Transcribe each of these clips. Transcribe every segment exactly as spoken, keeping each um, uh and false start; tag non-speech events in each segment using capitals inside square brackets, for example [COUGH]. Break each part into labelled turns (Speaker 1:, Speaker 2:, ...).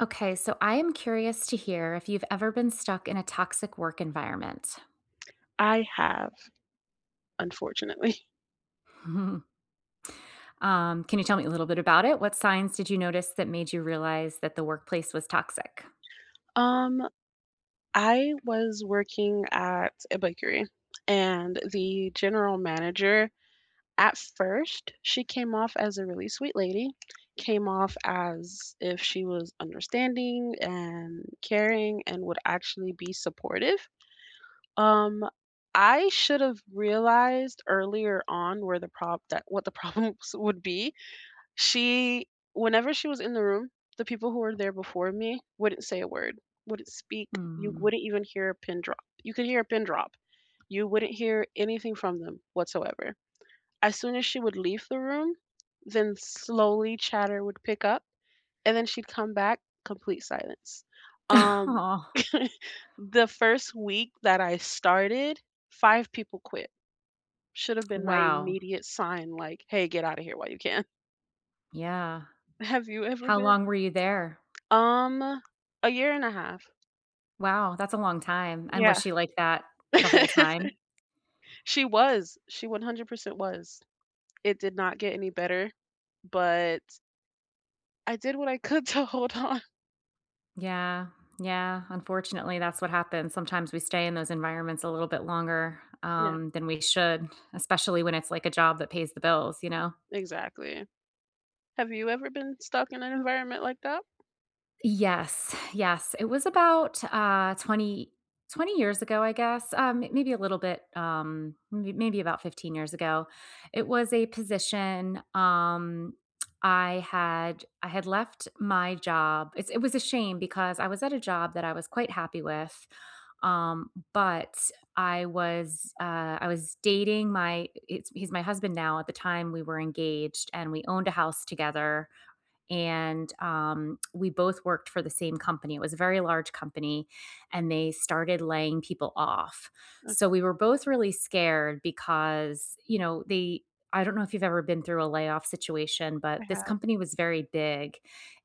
Speaker 1: Okay, so I am curious to hear if you've ever been stuck in a toxic work environment.
Speaker 2: I have, unfortunately.
Speaker 1: [LAUGHS] um, can you tell me a little bit about it? What signs did you notice that made you realize that the workplace was toxic?
Speaker 2: Um, I was working at a bakery, and the general manager, at first, she came off as a really sweet lady, came off as if she was understanding and caring and would actually be supportive. Um, I should have realized earlier on where the prob that what the problems [LAUGHS] would be. She Whenever she was in the room, the people who were there before me wouldn't say a word, wouldn't speak, you
Speaker 1: Mm.
Speaker 2: wouldn't even hear a pin drop. You could hear a pin drop. You wouldn't hear anything from them whatsoever. As soon as she would leave the room, then slowly chatter would pick up, and then she'd come back, complete silence. Um,
Speaker 1: [LAUGHS] Oh,
Speaker 2: [LAUGHS] the first week that I started, five people quit. Should have been my
Speaker 1: wow.
Speaker 2: immediate sign like, "Hey, get out of here while you can."
Speaker 1: Yeah.
Speaker 2: [LAUGHS] Have you ever
Speaker 1: How
Speaker 2: been?
Speaker 1: long were you there?
Speaker 2: Um, a year and a half.
Speaker 1: Wow, that's a long time. And was
Speaker 2: Yeah.
Speaker 1: she like that the whole
Speaker 2: [LAUGHS]
Speaker 1: time?
Speaker 2: She was. She one hundred percent was. It did not get any better, but I did what I could [LAUGHS] to hold on.
Speaker 1: Yeah. Yeah. Unfortunately, that's what happens. Sometimes we stay in those environments a little bit longer
Speaker 2: Yeah,
Speaker 1: um, than we should, especially when it's like a job that pays the bills, you know?
Speaker 2: exactly. Have you ever been stuck in an environment like that?
Speaker 1: Yes, yes. It was about, uh, 20 twenty years ago, I guess, um, m- maybe a little bit, um, may maybe about fifteen years ago. It was a position, um, I had I had left my job. It's it was a shame because I was at a job that I was quite happy with, um, but I was, uh, I was dating my it's he's my husband now. At the time, we were engaged and we owned a house together, and um, we both worked for the same company. It was a very large company, and they started laying people off.
Speaker 2: Okay.
Speaker 1: So we were both really scared because, you know, they, I don't know if you've ever been through a layoff situation,
Speaker 2: I
Speaker 1: but this
Speaker 2: have.
Speaker 1: company was very big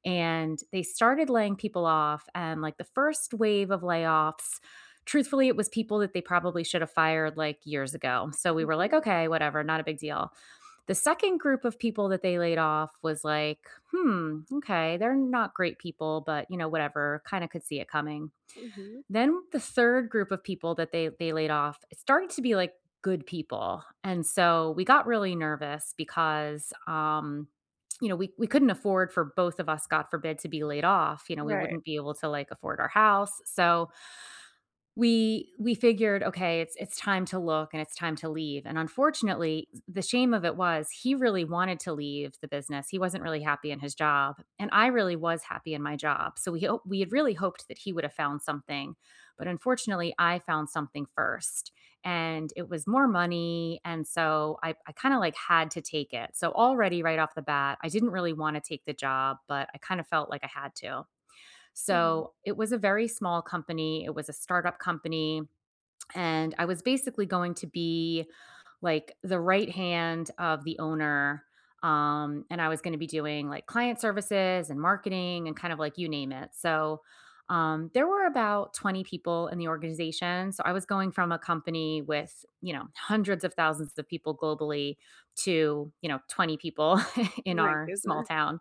Speaker 1: and they started laying people off. And like the first wave of layoffs, truthfully, it was people that they probably should have fired like years ago. So we were like,
Speaker 2: Mhm,
Speaker 1: okay, whatever, not a big deal. The second group of people that they laid off was like, "Hmm, okay, they're not great people, but, you know, whatever, kinda could see it coming."
Speaker 2: mhm.
Speaker 1: Then the third group of people that they they laid off, it started to be, like, good people, and so we got really nervous because, um, you know, we we couldn't afford for both of us, God forbid, to be laid off, you know, we
Speaker 2: Right.
Speaker 1: wouldn't be able to, like, afford our house, so we we figured, okay, it's it's time to look and it's time to leave, and unfortunately, the shame of it was he really wanted to leave the business. He wasn't really happy in his job, and I really was happy in my job. So we hope we had really hoped that he would have found something, but unfortunately, I found something first, and it was more money, and so I I kinda, like, had to take it. So already right off the bat, I didn't really wanna take the job, but I kinda felt like I had to.
Speaker 2: Mhm.
Speaker 1: So it was a very small company. It was a startup company. And I was basically going to be like the right hand of the owner. Um, and I was going to be doing like client services and marketing and kind of like you name it. So um, there were about twenty people in the organization. So I was going from a company with, you know, hundreds of thousands of people globally to, you know, twenty people [LAUGHS] in
Speaker 2: My
Speaker 1: our small
Speaker 2: goodness.
Speaker 1: town.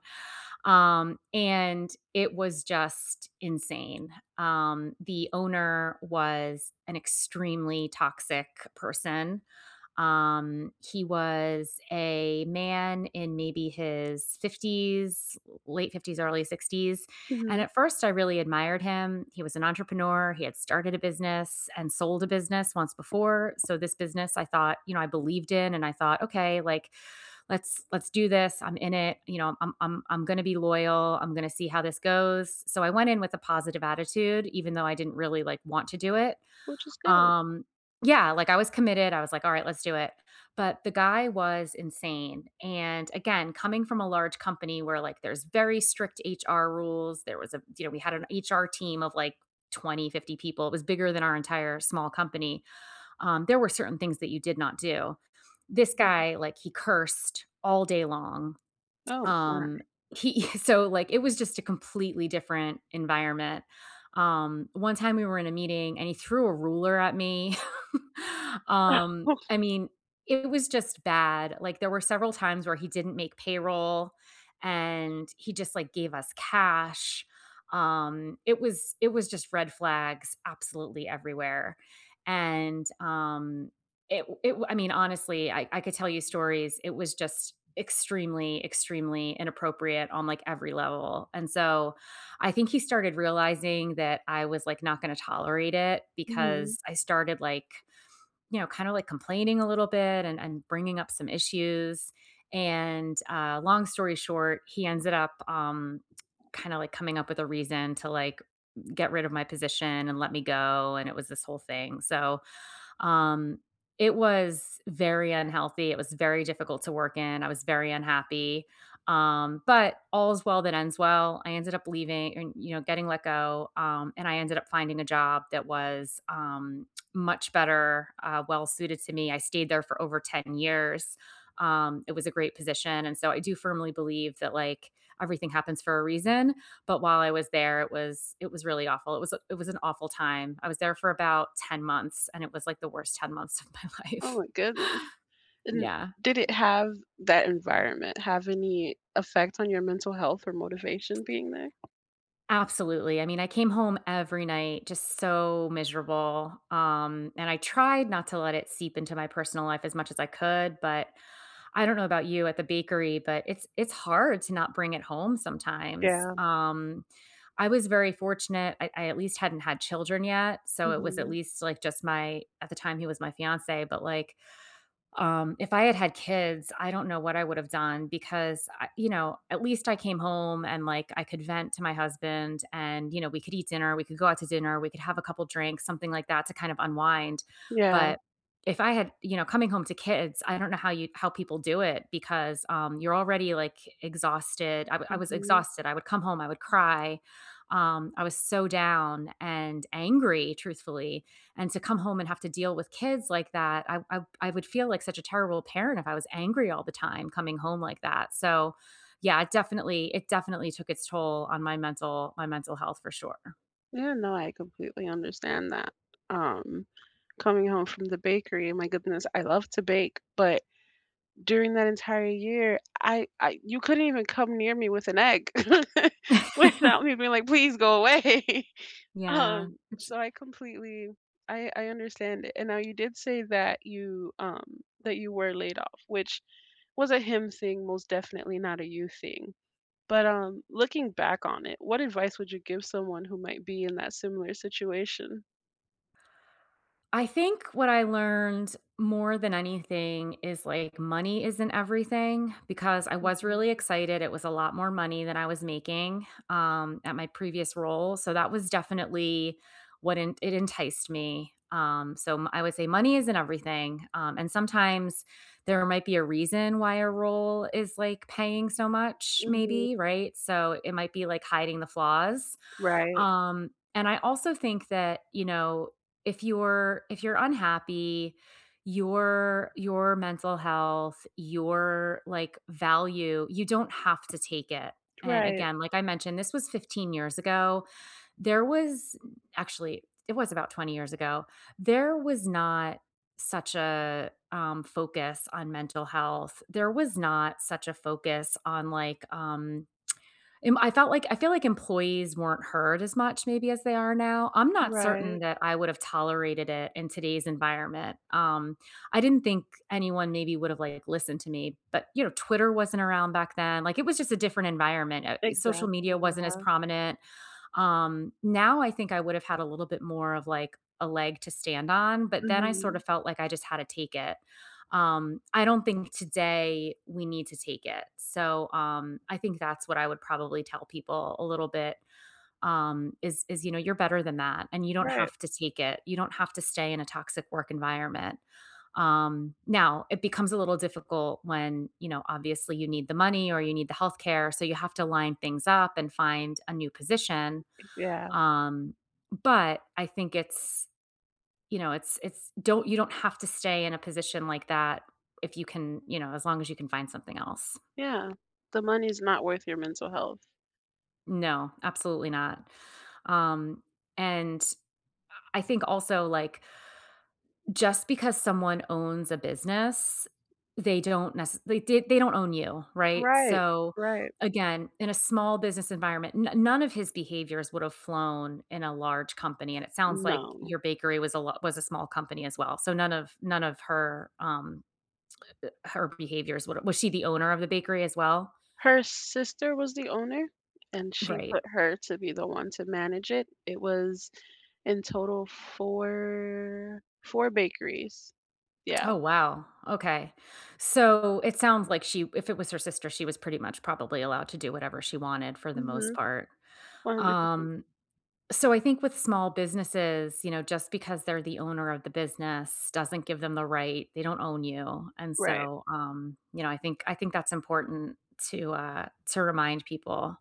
Speaker 1: Um, and it was just insane. Um, the owner was an extremely toxic person. Um, he was a man in maybe his fifties, late fifties, early sixties. And
Speaker 2: Mhm.
Speaker 1: at first, I really admired him. He was an entrepreneur. He had started a business and sold a business once before. So, this business I thought, you know, I believed in, and I thought, okay, like let's let's do this. I'm in it, you know, i'm i'm i'm going to be loyal. I'm going to see how this goes. So I went in with a positive attitude, even though I didn't really like want to do it.
Speaker 2: Which is good.
Speaker 1: um yeah, like I was committed. I was like, all right, let's do it. But the guy was insane. And again, coming from a large company where, like, there's very strict H R rules, there was a you know, we had an H R team of like twenty, fifty people. It was bigger than our entire small company. Um, there were certain things that you did not do. This
Speaker 2: Mhm.
Speaker 1: guy, like, he cursed all day long.
Speaker 2: Oh, my.
Speaker 1: Um, he [LAUGHS] So, like, it was just a completely different environment. Um, one time we were in a meeting, and he threw a ruler at me. [LAUGHS] Um, I
Speaker 2: [LAUGHS]
Speaker 1: mean, it was just bad. Like, there were several times where he didn't make payroll, and he just, like, gave us cash. Um, it was it was just red flags absolutely everywhere. And, um it it I mean, honestly, I I could tell you stories. It was just extremely, extremely inappropriate on, like, every level, and so, I think he started realizing that I was, like, not gonna tolerate it
Speaker 2: Mhm.
Speaker 1: because I started, like, you know, kinda, like, complaining a little bit, and and bringing up some issues, and, uh, long story short, he ended up, um, kinda, like, coming up with a reason to, like, get rid of my position and let me go, and it was this whole thing. So um, it was very unhealthy. It was very difficult to work in. I was very unhappy. Um, but all's well that ends well. I ended up leaving and, you know, getting let go. Um, and I ended up finding a job that was um, much better, uh, well suited to me. I stayed there for over ten years. Um, it was a great position. And so I do firmly believe that like everything happens for a reason. But while I was there, it was it was really awful. It was it was an awful time. I was there for about ten months, and it was like the worst ten months of my
Speaker 2: Oh
Speaker 1: life.
Speaker 2: my goodness.
Speaker 1: [LAUGHS]
Speaker 2: And
Speaker 1: Yeah.
Speaker 2: did it have that environment have any effect on your mental health or motivation being there?
Speaker 1: Absolutely. I mean, I came home every night just so miserable, um, and I tried not to let it seep into my personal life as much as I could, but I don't know about you at the bakery, but it's it's hard to not bring it home sometimes.
Speaker 2: Yeah.
Speaker 1: Um, I was very fortunate. I, I at least hadn't had children yet, so it was at
Speaker 2: Mhm.
Speaker 1: least like just my at the time he was my fiance, but like um, if I had had kids, I don't know what I would have done because I you know, at least I came home and, like, I could vent to my husband and, you know, we could eat dinner, we could go out to dinner, we could have a couple drinks, something like that to kind of unwind.
Speaker 2: Yeah.
Speaker 1: But if I had, you know, coming home to kids, I don't know how you how people do it because, um, you're already, like, exhausted. I w I was
Speaker 2: Mhm.
Speaker 1: exhausted. I would come home, I would cry. Um, I was so down and angry, truthfully, and to come home and have to deal with kids like that, I, I i would feel like such a terrible parent if I was angry all the time coming home like that. So yeah, it definitely it definitely took its toll on my mental my mental health for sure.
Speaker 2: Yeah, no, I completely understand that. Um, coming home from the bakery, my goodness, I love to bake, but during that entire year, I I you couldn't even come near me with an egg [LAUGHS]
Speaker 1: [LAUGHS]
Speaker 2: without me being like, "Please go away." [LAUGHS]
Speaker 1: Yeah.
Speaker 2: Um, so I completely I I understand it. And now you did say that you um that you were laid off, which was a him thing, most definitely not a you thing. But um looking back on it, what advice would you give someone who might be in that similar situation?
Speaker 1: I think what I learned more than anything is, like, money isn't everything because I was really
Speaker 2: Mhm.
Speaker 1: excited, it was a lot more money than I was making, um, at my previous role, so that was definitely what en it enticed me, um, so m I would say money isn't everything, um, and sometimes there might be a reason why a role is, like, paying so much
Speaker 2: Mhm.
Speaker 1: maybe, right? So it might be, like, hiding the flaws,
Speaker 2: Right.
Speaker 1: um, and I also think that, you know, if you're if you're unhappy, your your mental health, your, like, value, you don't have to take it, and
Speaker 2: Right.
Speaker 1: again, like I mentioned, this was fifteen years ago. There was Actually, it was about twenty years ago. There was not such a, um, focus on mental health. There was not such a focus on, like, um um, I felt like I feel like employees weren't heard as much maybe as they are now. I'm not certain
Speaker 2: Right.
Speaker 1: that I would have tolerated it in today's environment. Um, I didn't think anyone maybe would have, like, listened to me, but, you know, Twitter wasn't around back then, like, it was just a different environment, uh, social media
Speaker 2: Exactly.
Speaker 1: wasn't as
Speaker 2: Yeah.
Speaker 1: prominent, um, now I think I would have had a little bit more of, like, a leg to stand on, but then I sort of
Speaker 2: Mhm.
Speaker 1: felt like I just had to take it. Um, I don't think today we need to take it. So, um, I think that's what I would probably tell people a little bit, um, is is, you know, you're better than that, and you don't
Speaker 2: Right.
Speaker 1: have to take it. You don't have to stay in a toxic work environment. Um, now it becomes a little difficult when, you know, obviously you need the money or you need the healthcare, so you have to line things up and find a new position.
Speaker 2: Yeah,
Speaker 1: Um, but I think it's, you know, it's it's don't you don't have to stay in a position like that if you can, you know, as long as you can find something else.
Speaker 2: yeah. The money's not worth your mental health.
Speaker 1: No, absolutely not. Um, and I think also like just because someone owns a business, they don't necessarily they they don't own you, right?
Speaker 2: Right,
Speaker 1: So,
Speaker 2: right.
Speaker 1: again, in a small business environment, n none of his behaviors would have flown in a large company, and it sounds like
Speaker 2: No.
Speaker 1: your bakery was a lo was a small company as well, so none of none of her, um her behaviors would was she the owner of the bakery as well?
Speaker 2: Her sister was the owner, and she
Speaker 1: Right.
Speaker 2: put her to be the one to manage it. It was in total 4 4 bakeries. Yeah.
Speaker 1: Oh, wow. Okay. So, it sounds like she if it was her sister, she was pretty much probably allowed to do whatever she wanted for the most
Speaker 2: Mhm.
Speaker 1: part.
Speaker 2: one hundred percent.
Speaker 1: Um, So I think with small businesses, you know, just because they're the owner of the business doesn't give them the right. They don't own you. And
Speaker 2: Right.
Speaker 1: so um, you know, I think I think that's important to uh to remind people.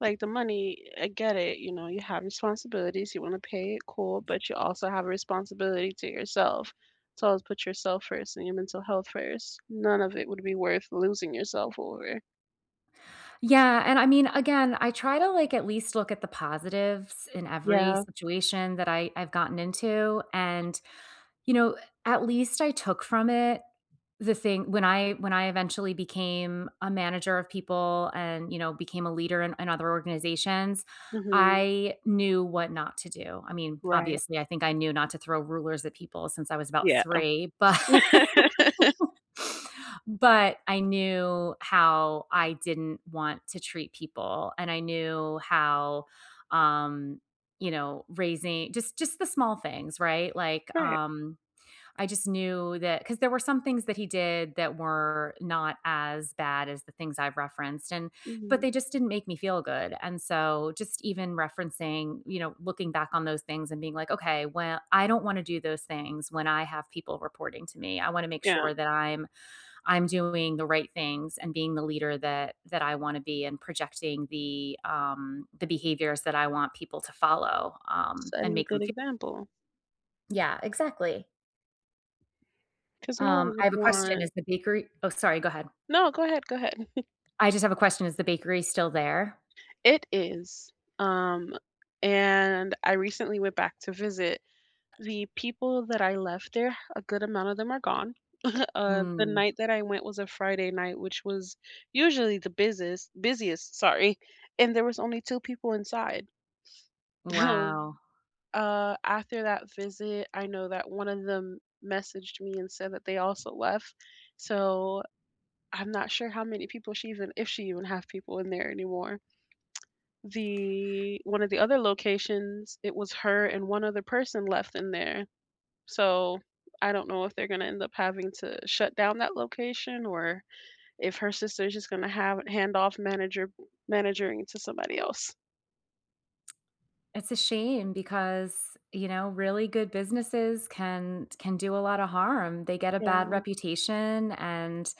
Speaker 2: Like, the money, I get it, you know, you have responsibilities, you wanna pay it, cool, but you also have a responsibility to yourself. So always put yourself first and your mental health first. None of it would be worth losing yourself over.
Speaker 1: Yeah, and I mean again, I try to like at least look at the positives in every
Speaker 2: Yeah.
Speaker 1: situation that I I've gotten into and you know, at least I took from it the thing when I when I eventually became a manager of people and, you know, became a leader in in other organizations,
Speaker 2: Mhm.
Speaker 1: I knew what not to do. I mean,
Speaker 2: Right.
Speaker 1: obviously, I think I knew not to throw rulers at people since I was about
Speaker 2: Yeah.
Speaker 1: three, but
Speaker 2: [LAUGHS]
Speaker 1: [LAUGHS] but I knew how I didn't want to treat people, and I knew how, um, you know, raising just just the small things, right? Like,
Speaker 2: Right.
Speaker 1: um I just knew that because there were some things that he did that were not as bad as the things I've referenced, and but
Speaker 2: Mhm.
Speaker 1: they just didn't make me feel good, and so just even referencing, you know, looking back on those things and being like, "Okay, well, I don't wanna do those things when I have people reporting to me. I wanna make
Speaker 2: Yeah.
Speaker 1: sure that I'm I'm doing the right things and being the leader that that I wanna be and projecting the, um, the behaviors that I want people to follow, um, and
Speaker 2: Setting a
Speaker 1: make them
Speaker 2: good
Speaker 1: feel."
Speaker 2: example
Speaker 1: Yeah, exactly.
Speaker 2: because no
Speaker 1: Um,
Speaker 2: one
Speaker 1: I
Speaker 2: would
Speaker 1: have a question,
Speaker 2: want.
Speaker 1: is the bakery oh, sorry, go ahead.
Speaker 2: No, go ahead, go ahead. [LAUGHS]
Speaker 1: I just have a question, is the bakery still there?
Speaker 2: It is, um, and I recently went back to visit. The people that I left there, a good amount of them are gone. [LAUGHS] Uh, the
Speaker 1: Mm,
Speaker 2: night that I went was a Friday night, which was usually the busiest busiest, sorry, and there was only two people inside. [LAUGHS]
Speaker 1: wow.
Speaker 2: Um, uh, after that visit, I know that one of them messaged me and said that they also left. So, I'm not sure how many people she, even if she even have people in there anymore. The one of the other locations, it was her and one other person left in there. So, I don't know if they're gonna end up having to shut down that location or if her sister's just gonna have hand off manager managing to somebody else.
Speaker 1: It's a shame because, you know, really good businesses can can do a lot of harm. They get a bad
Speaker 2: Yeah,
Speaker 1: reputation, and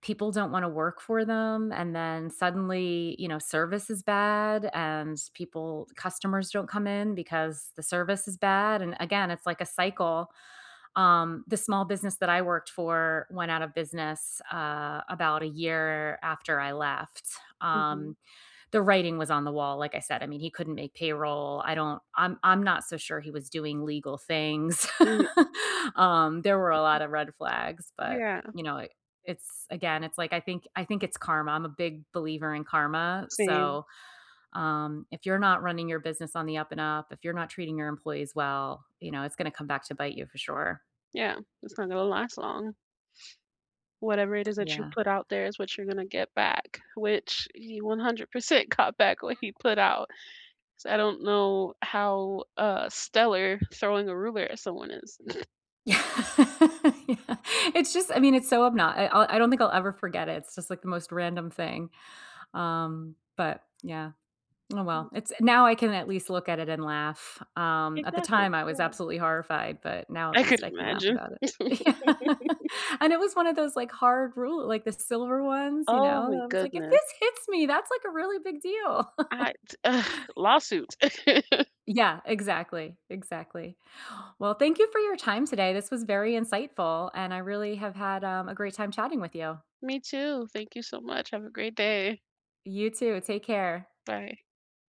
Speaker 1: people don't wanna work for them, and then suddenly, you know, service is bad, and people customers don't come in because the service is bad, and again, it's like a cycle. Um, the small business that I worked for went out of business, uh, about a year after I left.
Speaker 2: mhm.
Speaker 1: Um, the writing was on the wall, like I said. I mean, he couldn't make payroll. I don't I'm I'm not so sure he was doing legal things. [LAUGHS]
Speaker 2: Mm,
Speaker 1: Um, there were a lot of red flags, but,
Speaker 2: yeah,
Speaker 1: you know, it it's again, it's like I think I think it's karma. I'm a big believer in karma.
Speaker 2: same.
Speaker 1: So, um, if you're not running your business on the up and up, if you're not treating your employees well, you know, it's gonna come back to bite you for sure.
Speaker 2: Yeah, it's not gonna last long. Whatever it is that you
Speaker 1: Yeah.
Speaker 2: put out there is what you're gonna get back, which he one hundred percent [LAUGHS] got back what he put out. So I don't know how, uh, stellar throwing a ruler at someone is.
Speaker 1: Yeah. [LAUGHS] Yeah. It's just I mean, it's so obnoxious. I I'll I don't think I'll ever forget it. It's just, like, the most random thing. Um, but yeah. Oh, well.
Speaker 2: [LAUGHS]
Speaker 1: It's now I can at least look at it and laugh. Um, at the
Speaker 2: Exactly,
Speaker 1: time, I was
Speaker 2: yeah.
Speaker 1: absolutely horrified, but now at
Speaker 2: I could
Speaker 1: least I can laugh
Speaker 2: imagine.
Speaker 1: about
Speaker 2: [LAUGHS]
Speaker 1: it. [LAUGHS] Yeah. And it was one of those, like, hard rule like, the silver ones, you
Speaker 2: Oh
Speaker 1: know?
Speaker 2: my
Speaker 1: I was like, "If
Speaker 2: goodness.
Speaker 1: this hits me, that's, like, a really big deal." [LAUGHS]
Speaker 2: I t ugh, lawsuit. [LAUGHS]
Speaker 1: Yeah, exactly, exactly. Well, thank you for your time today. This was very insightful, and I really have had um, a great time chatting with you.
Speaker 2: Me too. Thank you so much. Have a great day.
Speaker 1: You too. Take care.
Speaker 2: Bye.